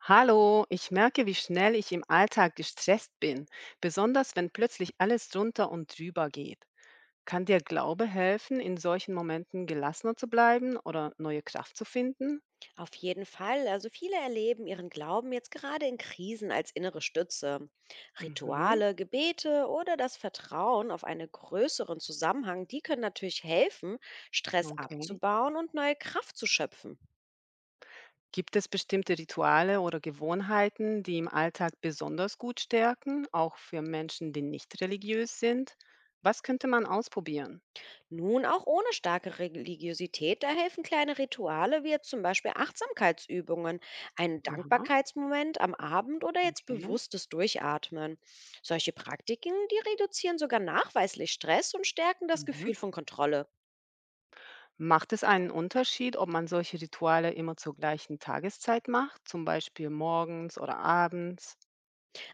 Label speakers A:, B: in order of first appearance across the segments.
A: Hallo, ich merke, wie schnell ich im Alltag gestresst bin, besonders wenn plötzlich alles drunter und drüber geht. Kann dir Glaube helfen, in solchen Momenten gelassener zu bleiben oder neue Kraft zu finden?
B: Auf jeden Fall. Also viele erleben ihren Glauben jetzt gerade in Krisen als innere Stütze.
A: Mhm,
B: Rituale, Gebete oder das Vertrauen auf einen größeren Zusammenhang, die können natürlich helfen, Stress
A: okay.
B: abzubauen und neue Kraft zu schöpfen.
A: Gibt es bestimmte Rituale oder Gewohnheiten, die im Alltag besonders gut stärken, auch für Menschen, die nicht religiös sind? Was könnte man ausprobieren?
B: Nun auch ohne starke Religiosität, da helfen kleine Rituale wie jetzt zum Beispiel Achtsamkeitsübungen, ein
A: Aha,
B: Dankbarkeitsmoment am Abend oder jetzt
A: okay.
B: bewusstes Durchatmen. Solche Praktiken, die reduzieren sogar nachweislich Stress und stärken das
A: Mhm.
B: Gefühl von Kontrolle.
A: Macht es einen Unterschied, ob man solche Rituale immer zur gleichen Tageszeit macht, zum Beispiel morgens oder abends?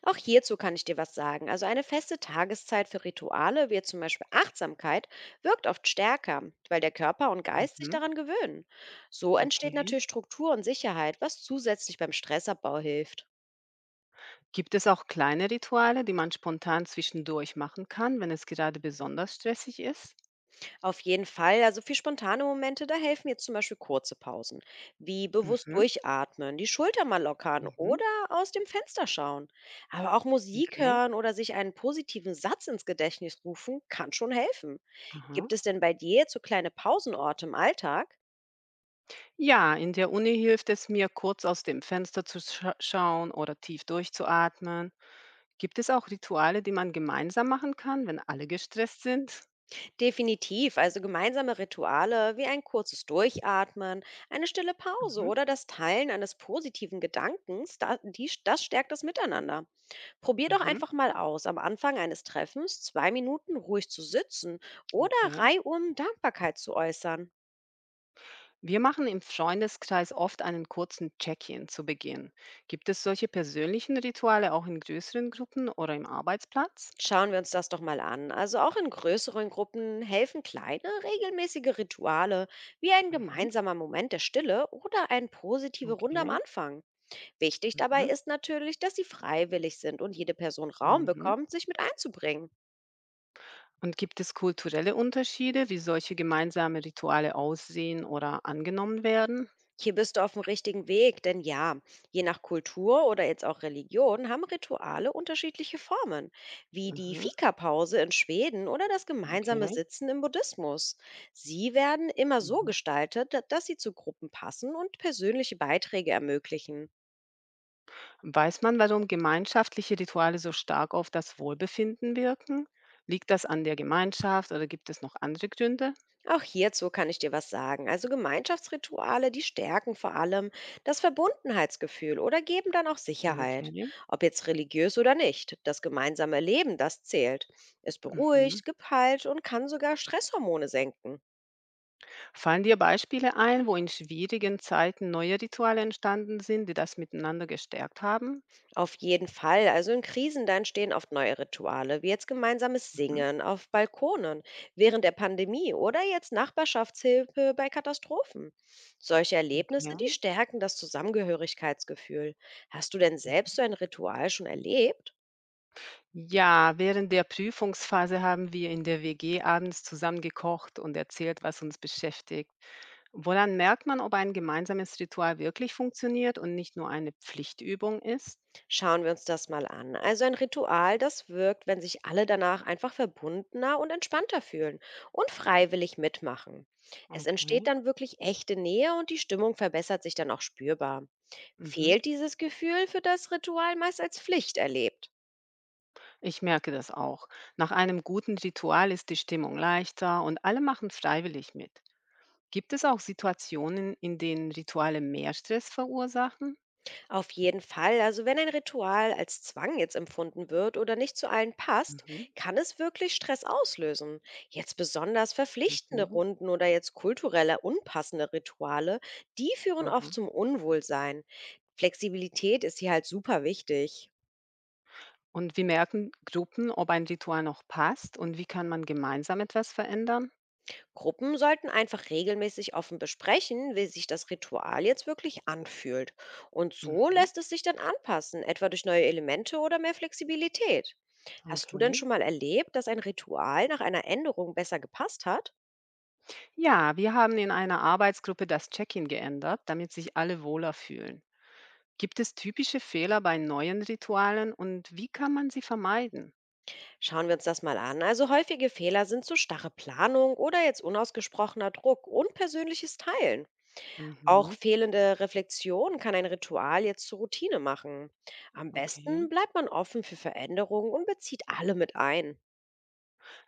B: Auch hierzu kann ich dir was sagen. Also eine feste Tageszeit für Rituale, wie jetzt zum Beispiel Achtsamkeit, wirkt oft stärker, weil der Körper und Geist sich
A: Mhm,
B: daran gewöhnen. So entsteht
A: okay.
B: natürlich Struktur und Sicherheit, was zusätzlich beim Stressabbau hilft.
A: Gibt es auch kleine Rituale, die man spontan zwischendurch machen kann, wenn es gerade besonders stressig ist?
B: Auf jeden Fall. Also für spontane Momente, da helfen jetzt zum Beispiel kurze Pausen, wie bewusst
A: Mhm,
B: durchatmen, die Schulter mal lockern
A: mhm,
B: oder aus dem Fenster schauen. Aber auch Musik
A: okay.
B: hören oder sich einen positiven Satz ins Gedächtnis rufen, kann schon helfen.
A: Aha.
B: Gibt es denn bei dir jetzt so kleine Pausenorte im Alltag?
A: Ja, in der Uni hilft es mir, kurz aus dem Fenster zu schauen oder tief durchzuatmen. Gibt es auch Rituale, die man gemeinsam machen kann, wenn alle gestresst sind?
B: Definitiv. Also gemeinsame Rituale wie ein kurzes Durchatmen, eine stille Pause
A: Mhm,
B: oder das Teilen eines positiven Gedankens, das stärkt das Miteinander. Probier doch
A: mhm,
B: einfach mal aus, am Anfang eines Treffens 2 Minuten ruhig zu sitzen oder
A: okay.
B: reihum Dankbarkeit zu äußern.
A: Wir machen im Freundeskreis oft einen kurzen Check-in zu Beginn. Gibt es solche persönlichen Rituale auch in größeren Gruppen oder im Arbeitsplatz?
B: Schauen wir uns das doch mal an. Also auch in größeren Gruppen helfen kleine, regelmäßige Rituale wie ein
A: Mhm,
B: gemeinsamer Moment der Stille oder eine positive Runde am
A: okay.
B: Anfang. Wichtig dabei
A: Mhm,
B: ist natürlich, dass sie freiwillig sind und jede Person Raum
A: mhm.
B: bekommt, sich mit einzubringen.
A: Und gibt es kulturelle Unterschiede, wie solche gemeinsamen Rituale aussehen oder angenommen werden?
B: Hier bist du auf dem richtigen Weg, denn ja, je nach Kultur oder jetzt auch Religion haben Rituale unterschiedliche Formen, wie die
A: Mhm,
B: Fika-Pause in Schweden oder das gemeinsame
A: okay.
B: Sitzen im Buddhismus. Sie werden immer so
A: Mhm.
B: gestaltet, dass sie zu Gruppen passen und persönliche Beiträge ermöglichen.
A: Weiß man, warum gemeinschaftliche Rituale so stark auf das Wohlbefinden wirken? Liegt das an der Gemeinschaft oder gibt es noch andere Gründe?
B: Auch hierzu kann ich dir was sagen. Also Gemeinschaftsrituale, die stärken vor allem das Verbundenheitsgefühl oder geben dann auch Sicherheit.
A: Okay.
B: Ob jetzt religiös oder nicht, das gemeinsame Leben, das zählt. Es
A: Mhm.
B: beruhigt, gibt Halt und kann sogar Stresshormone senken.
A: Fallen dir Beispiele ein, wo in schwierigen Zeiten neue Rituale entstanden sind, die das Miteinander gestärkt haben?
B: Auf jeden Fall. Also in Krisen, da entstehen oft neue Rituale, wie jetzt gemeinsames
A: Mhm,
B: Singen auf Balkonen während der Pandemie oder jetzt Nachbarschaftshilfe bei Katastrophen. Solche Erlebnisse, die
A: okay.
B: stärken das Zusammengehörigkeitsgefühl. Hast du denn selbst so ein Ritual schon erlebt?
A: Ja, während der Prüfungsphase haben wir in der WG abends zusammen gekocht und erzählt, was uns beschäftigt. Woran merkt man, ob ein gemeinsames Ritual wirklich funktioniert und nicht nur eine Pflichtübung ist?
B: Schauen wir uns das mal an. Also ein Ritual, das wirkt, wenn sich alle danach einfach verbundener und entspannter fühlen und freiwillig mitmachen. Es entsteht
A: Okay.
B: dann wirklich echte Nähe und die Stimmung verbessert sich dann auch spürbar.
A: Mhm.
B: Fehlt dieses Gefühl, wird das Ritual meist als Pflicht erlebt.
A: Ich merke das auch. Nach einem guten Ritual ist die Stimmung leichter und alle machen freiwillig mit. Gibt es auch Situationen, in denen Rituale mehr Stress verursachen?
B: Auf jeden Fall, also wenn ein Ritual als Zwang jetzt empfunden wird oder nicht zu allen passt,
A: Mhm.
B: kann es wirklich Stress auslösen. Jetzt besonders verpflichtende
A: Okay.
B: Runden oder jetzt kulturelle unpassende Rituale, die führen oft
A: Aha.
B: zum Unwohlsein. Flexibilität ist hier halt super wichtig.
A: Und wie merken Gruppen, ob ein Ritual noch passt und wie kann man gemeinsam etwas verändern?
B: Gruppen sollten einfach regelmäßig offen besprechen, wie sich das Ritual jetzt wirklich anfühlt. Und so
A: Mhm.
B: lässt es sich dann anpassen, etwa durch neue Elemente oder mehr Flexibilität. Hast du denn
A: Okay.
B: schon mal erlebt, dass ein Ritual nach einer Änderung besser gepasst hat?
A: Ja, wir haben in einer Arbeitsgruppe das Check-in geändert, damit sich alle wohler fühlen. Gibt es typische Fehler bei neuen Ritualen und wie kann man sie vermeiden?
B: Schauen wir uns das mal an. Also häufige Fehler sind so starre Planung oder jetzt unausgesprochener Druck und persönliches Teilen. Auch
A: Mhm.
B: fehlende Reflexion kann ein Ritual jetzt zur Routine machen. Am besten
A: Okay.
B: bleibt man offen für Veränderungen und bezieht alle mit ein.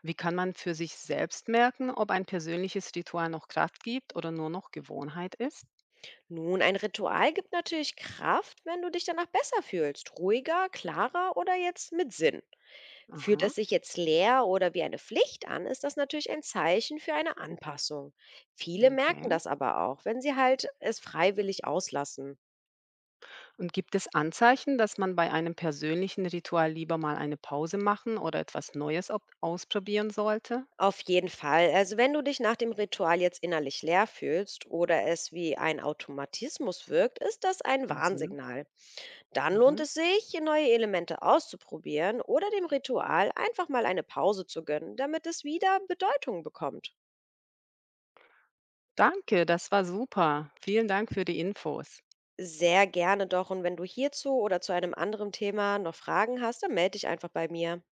A: Wie kann man für sich selbst merken, ob ein persönliches Ritual noch Kraft gibt oder nur noch Gewohnheit ist?
B: Nun, ein Ritual gibt natürlich Kraft, wenn du dich danach besser fühlst. Ruhiger, klarer oder jetzt mit Sinn. Fühlt
A: Aha,
B: es sich jetzt leer oder wie eine Pflicht an, ist das natürlich ein Zeichen für eine Anpassung. Viele merken
A: okay.
B: das aber auch, wenn sie halt es freiwillig auslassen.
A: Und gibt es Anzeichen, dass man bei einem persönlichen Ritual lieber mal eine Pause machen oder etwas Neues ausprobieren sollte?
B: Auf jeden Fall. Also wenn du dich nach dem Ritual jetzt innerlich leer fühlst oder es wie ein Automatismus wirkt, ist das ein
A: Mhm,
B: Warnsignal. Dann lohnt
A: mhm.
B: es sich, neue Elemente auszuprobieren oder dem Ritual einfach mal eine Pause zu gönnen, damit es wieder Bedeutung bekommt.
A: Danke, das war super. Vielen Dank für die Infos.
B: Sehr gerne doch und wenn du hierzu oder zu einem anderen Thema noch Fragen hast, dann melde dich einfach bei mir.